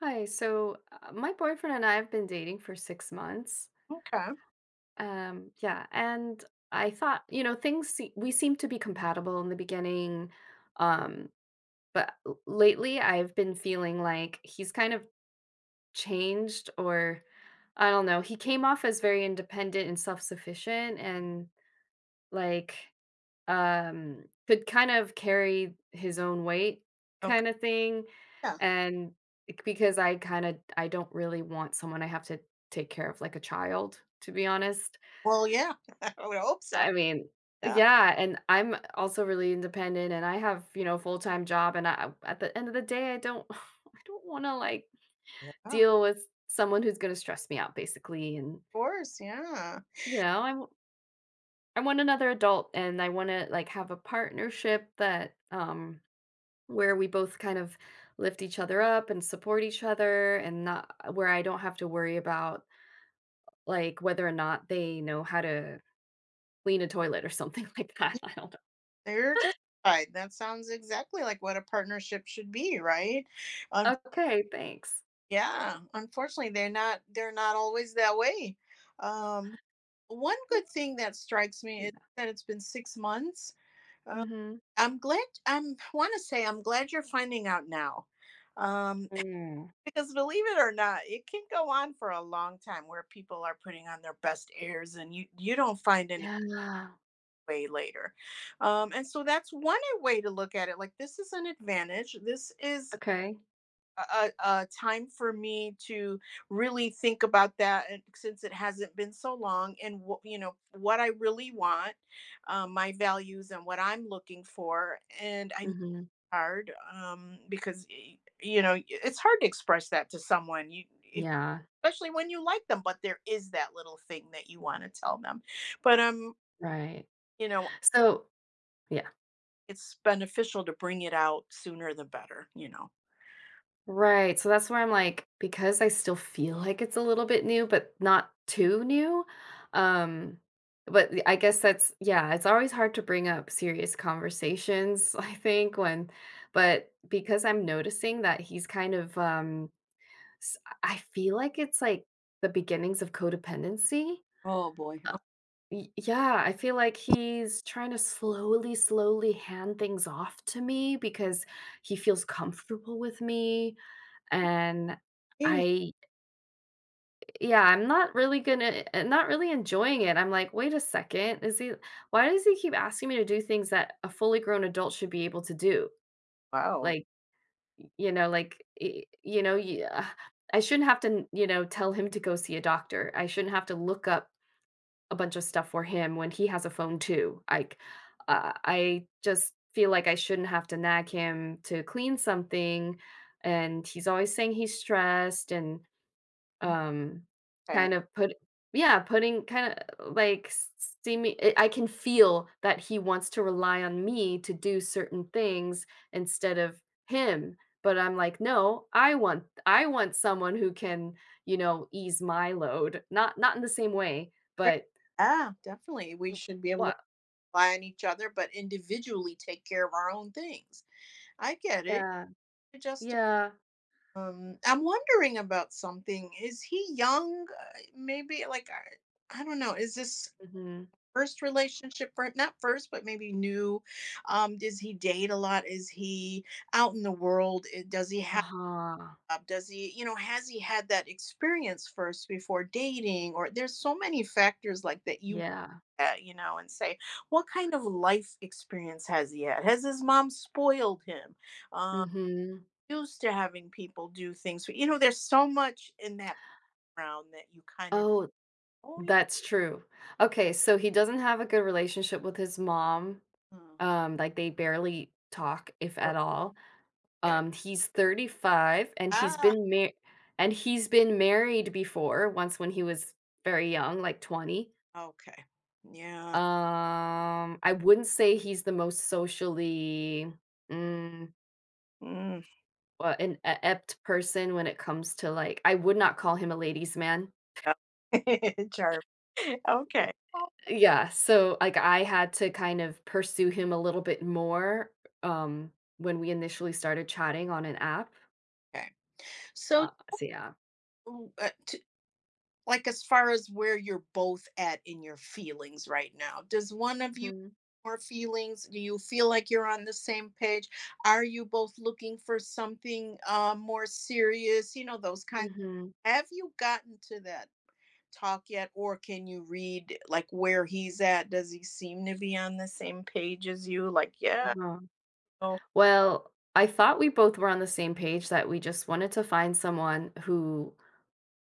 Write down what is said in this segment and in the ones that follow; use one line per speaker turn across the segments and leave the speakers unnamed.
Hi. My boyfriend and I have been dating for 6 months.
Okay.
Yeah, and I thought, you know, we seemed to be compatible in the beginning, um, but lately I've been feeling like he's kind of changed, or I don't know. He came off as very independent and self-sufficient, and like could kind of carry his own weight
Okay.
kinda thing,
Yeah.
and c because I don't really want someone I have to take care of like a child, to be honest.
Well, yeah. I would hope so.
I mean
Yeah.
yeah, and I'm also really independent, and I have, you know, full-time job, and I at the end of the day, I don't I don't wanna, like,
Yeah. Of
deal with someone who's gonna stress me out, basically, and,
course. Yeah.
you know, I w I want another adult, and I wanna, like, have a partnership where we both kind of lift each other up and support each other and not where I don't have to worry about like whether or not they know how to clean a toilet or something like that. I don't
They're just right. That sounds exactly like what a partnership should be, right? Un-
know. Okay, thanks.
yeah. Unfortunately, they're not. They're not always that way. Um, One good thing that strikes me
Yeah.
is that it's been 6 months. Uh,
Mhm.
I'm glad. I'm want to say I'm glad you're finding out now. Um,
Mm.
Because believe it or not, it can go on for a long time where people are putting on their best airs and you don't find any
Yeah.
way later. And so that's one way to look at it. Like this is an advantage. This is
Okay.
a time for me to really think about that, and since it hasn't been so long and what, you know, what I really want, my values and what I'm looking for. And I know
Mhm.
it's hard, because you know it's hard to express that to someone. You,
Yeah,
especially when you like them, but there is that little thing that you wanna tell them. But,
right.
you know,
So, yeah.
it's beneficial to bring it out sooner the better, you know?
Right, so that's where I'm like, because I still feel like it's a little bit new, but not too new, um, but the I guess that's yeah, it's always hard to bring up serious conversations, I think, when but because I'm noticing that he's kind of, s I feel like it's, like, the beginnings of codependency?
Oh, boy.
Uh, y yeah, I feel like he's trying to slowly, slowly hand things off to me because he feels comfortable with me, and
Okay.
I yeah, I'm not really enjoying it. I'm like, "Wait a second, is he why does he keep asking me to do things that a fully grown adult should be able to do?"
Wow.
Like, y you know, like, y you know, yeah, I shouldn't have to, you know, tell him to go see a doctor. I shouldn't have to look up a bunch of stuff for him when he has a phone too. Like, I just feel like I shouldn't have to nag him to clean something, and he's always saying he's stressed and Um,
Okay.
kind of put yeah, putting kinda like s s seeming I can feel that he wants to rely on me to do certain things instead of him, but I'm like, "No, I want someone who can, you know, ease my load." Not in the same way,
Sure.
but
Yeah, definitely. We
w
should be able to
what
rely on each other, but individually take care of our own things. I get it.
yeah,
It just,
yeah,
I'm wondering about something. Is he young? Maybe like, I don't know. Is this
mhm.
first relationship for not first but maybe new, does he date a lot, is he out in the world? Does he have,
Uh-huh,
does he, you know, has he had that experience first before dating, or there's so many factors like that you,
yeah,
you know, and say, what kind of life experience has he had, has his mom spoiled him, um
mhm.
used to having people do things for, you know, there's so much in that round that you kind of.
Oh,
Oh yeah.
that's true. Okay, so he doesn't have a good relationship with his mom.
mm,
Like, they barely talk, if at all.
okay.
He's 35, and he's
Ah,
been mar and he's been married before, once when he was very young, like 20.
okay. Yeah.
I wouldn't say he's the most socially, mm,
Mm.
well, an apt person when it comes to, like I would not call him a ladies' man.
Charm. Okay.
Yeah, so, like, I had to kind of pursue him a little bit more, um, when we initially started chatting on an app.
Okay. So,
Yeah.
w- t like, as far as where you're both at in your feelings right now, does one of you
Mhm.
more feelings? Do you feel like you're on the same page? Are you both looking for something, more serious? You know, those kinds.
Mhm,
Have you gotten to that talk yet, or can you read like where he's at? Does he seem to be on the same page as you? Like, yeah,
uh-huh.
no.
Well, I thought we both were on the same page that we just wanted to find someone who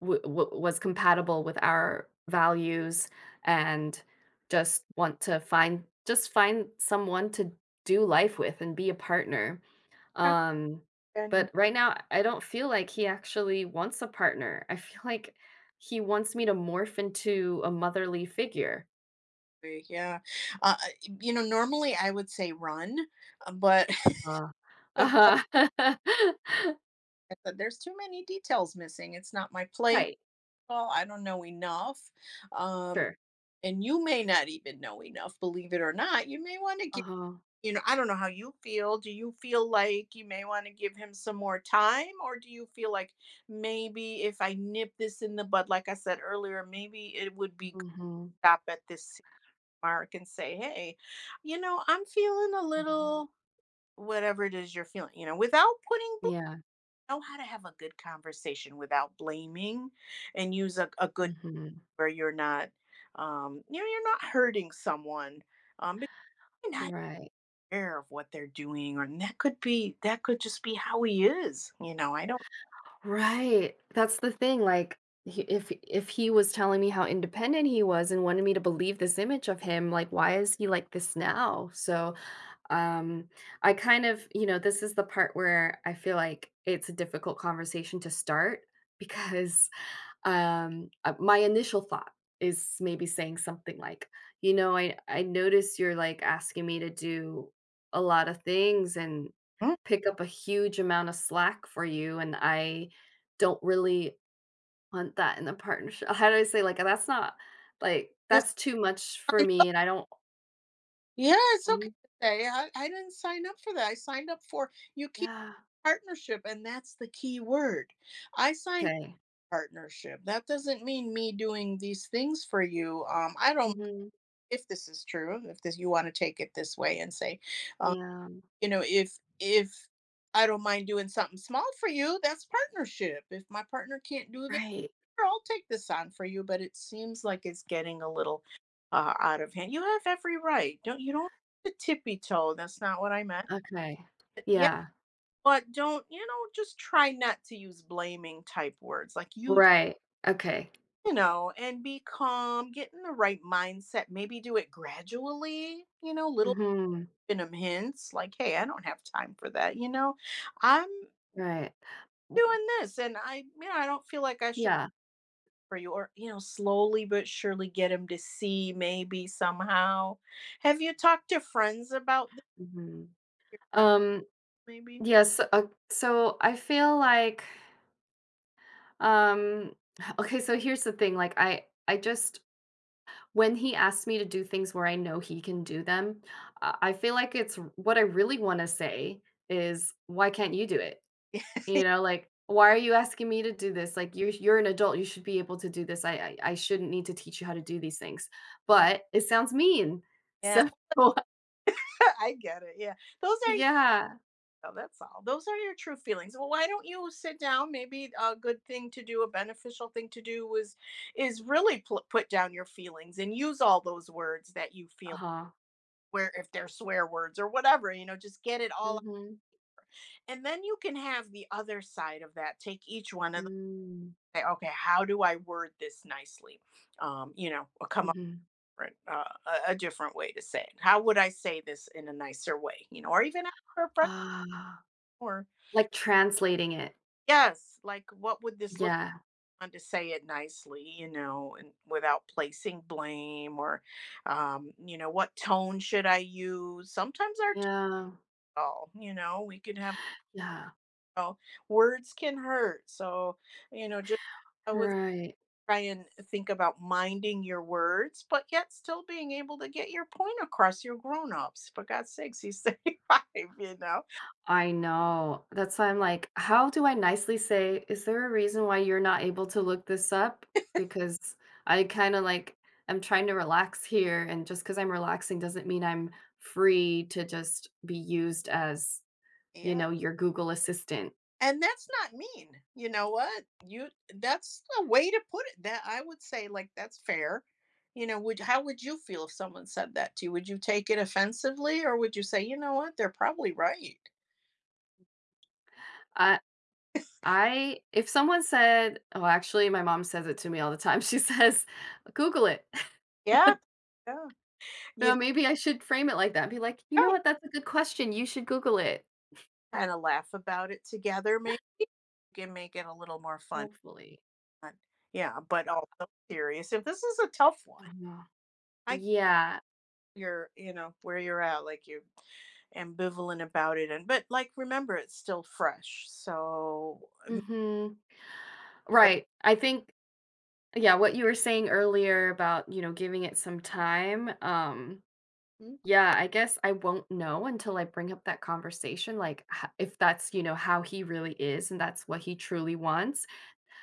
w w was compatible with our values and just find someone to do life with and be a partner. Um, but right now, I don't feel like he actually wants a partner. I feel like he wants me to morph into a motherly figure.
Yeah. Uh, uh, you know, normally I would say run, but,
Uh,
but like
uh-huh.
I said, there's too many details missing. It's not my place.
Right,
Well, I don't know enough. Um,
sure.
and you may not even know enough, believe it or not. You may want to give,
Uh-huh.
you know, I don't know how you feel. Do you feel like you may want to give him some more time? Or do you feel like maybe if I nip this in the bud, like I said earlier, maybe it would be good to
Mhm.
stop at this mark and say, hey, you know, I'm feeling a Mhm. little. Whatever it is you're feeling, you know, without putting bl,
Yeah,
know how to have a good conversation without blaming, and use a good
mhm.
where you're not, you know, you're not hurting someone, but you're not
Right.
aware of what they're doing, or and that could be, that could just be how he is, you know, I don't.
Right. That's the thing, like, he if he was telling me how independent he was and wanted me to believe this image of him, like, why is he like this now? So, um, I kind of you know, this is the part where I feel like it's a difficult conversation to start because my initial thought is maybe saying something like, "You know, I notice you're, like, asking me to do a lot of things and
Mm,
pick up a huge amount of slack for you, and I don't really want that in the partnership." How do I say, like, "That's not like,
that's
that's too much for
fine. Oh,
me, and I don't"?
yeah, it's okay
Mhm.
to say, "I didn't sign up for that, I signed up for" you keep
Yeah.
partnership, and that's the key word. I signed
Okay.
partnership. That doesn't mean me doing these things for you. I don't,
Mhm.
if this is true. If this, you want to take it this way and say, um,
Yeah.
you know, if I don't mind doing something small for you, that's partnership. If my partner can't do this,
Right.
sure, I'll take this on for you. But it seems like it's getting a little, out of hand. You have every right. Don't you don't have to tippy toe. That's not what I meant.
Okay.
But yeah.
Yeah.
But don't, you know, just try not to use blaming type words like you.
Right. Okay.
You know, and be calm, get in the right mindset, maybe do it gradually, you know, little
Mhm.
venom hints like, hey, I don't have time for that, you know, I'm
Right. W
doing this and I, you know, I don't feel like I should
Yeah.
for you, or, you know, slowly but surely get him to see maybe somehow. Have you talked to friends about this?
Mhm.
Your friends,
Um,
maybe?
yes, so I feel like um okay, so here's the thing, like I just when he asks me to do things where I know he can do them, I feel like what I really want to say is why can't you do it? You know, like why are you asking me to do this? Like you're an adult, you should be able to do this. I shouldn't need to teach you how to do these things.
Yeah,
But it sounds mean.
yeah,
So
I get it. Yeah. Those are.
yeah.
So that's all. Those are your true feelings. Well, why don't you sit down? Maybe a good thing to do, a beneficial thing to do is really put down your feelings and use all those words that you feel
Uh-huh.
where, if they're swear words or whatever, you know, just get it all,
Mhm.
and then you can have the other side of that. Take each one of them.
Mm-hmm.
Say, okay, how do I word this nicely? You know, or come up
Mm-hmm.
with, a different way to say it. How would I say this in a nicer way? You know, or even ask for a friend
Ah,
or,
like translating it.
yes, like what would this look
Yeah,
on to say it nicely, you know, and without placing blame or, you know, what tone should I use? Sometimes our tone,
yeah,
oh, you know, we could have,
yeah,
oh, words can hurt. So, you know, just, I would
right.
try and think about minding your words, but yet still being able to get your point across. Your are grown ups, for God's sakes, he's 35, you know.
I know. That's why I'm like, how do I nicely say, "Is there a reason why you're not able to look this up?" Because I kinda, like, am trying to relax here, and just because 'cause I'm relaxing doesn't mean I'm free to just be used as, you
Yeah.
know, your Google assistant.
And that's not mean. You know what? You, that's a way to put it that I would say, like, that's fair. You know, would, how would you feel if someone said that to you? Would you take it offensively, or would you say, "You know what? They're probably right."
I I if someone said oh, actually, my mom says it to me all the time. She says, "Google it."
Yeah, yeah. You
No, maybe I should frame it like that be like, "You know
know,
what? That's a good question. You should Google it."
kind of laugh about it together, maybe you can make it a little more fun.
Hopefully.
But yeah, but also serious. If this is a tough one,
Uh-huh.
I get,
Yeah.
you're, you know where you're at, like you're ambivalent about it, and but like remember it's still fresh, so.
Mhm. Right. I think yeah, what you were saying earlier about, you know, giving it some time,
Mm,
yeah, I guess I won't know until I bring up that conversation, like, ho if that's, you know, how he really is and that's what he truly wants,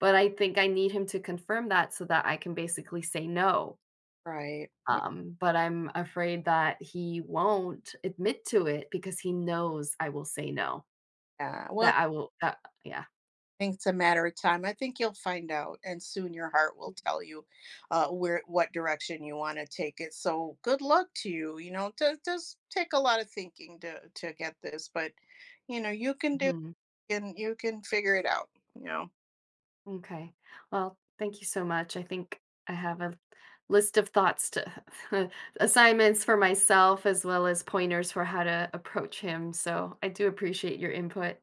but I think I need him to confirm that so that I can basically say no.
right.
But I'm afraid that he won't admit to it because he knows I will say no,
Yeah. Well,
that I will that yeah.
I think it's a matter of time. I think you'll find out, and soon your heart will tell you, where, what direction you want to take it. So good luck to you. You know, it does take a lot of thinking to get this, but you know, you can do
Mhm.
and you can figure it out. You know.
Okay. Well, thank you so much. I think I have a list of thoughts to assignments for myself as well as pointers for how to approach him. So I do appreciate your input.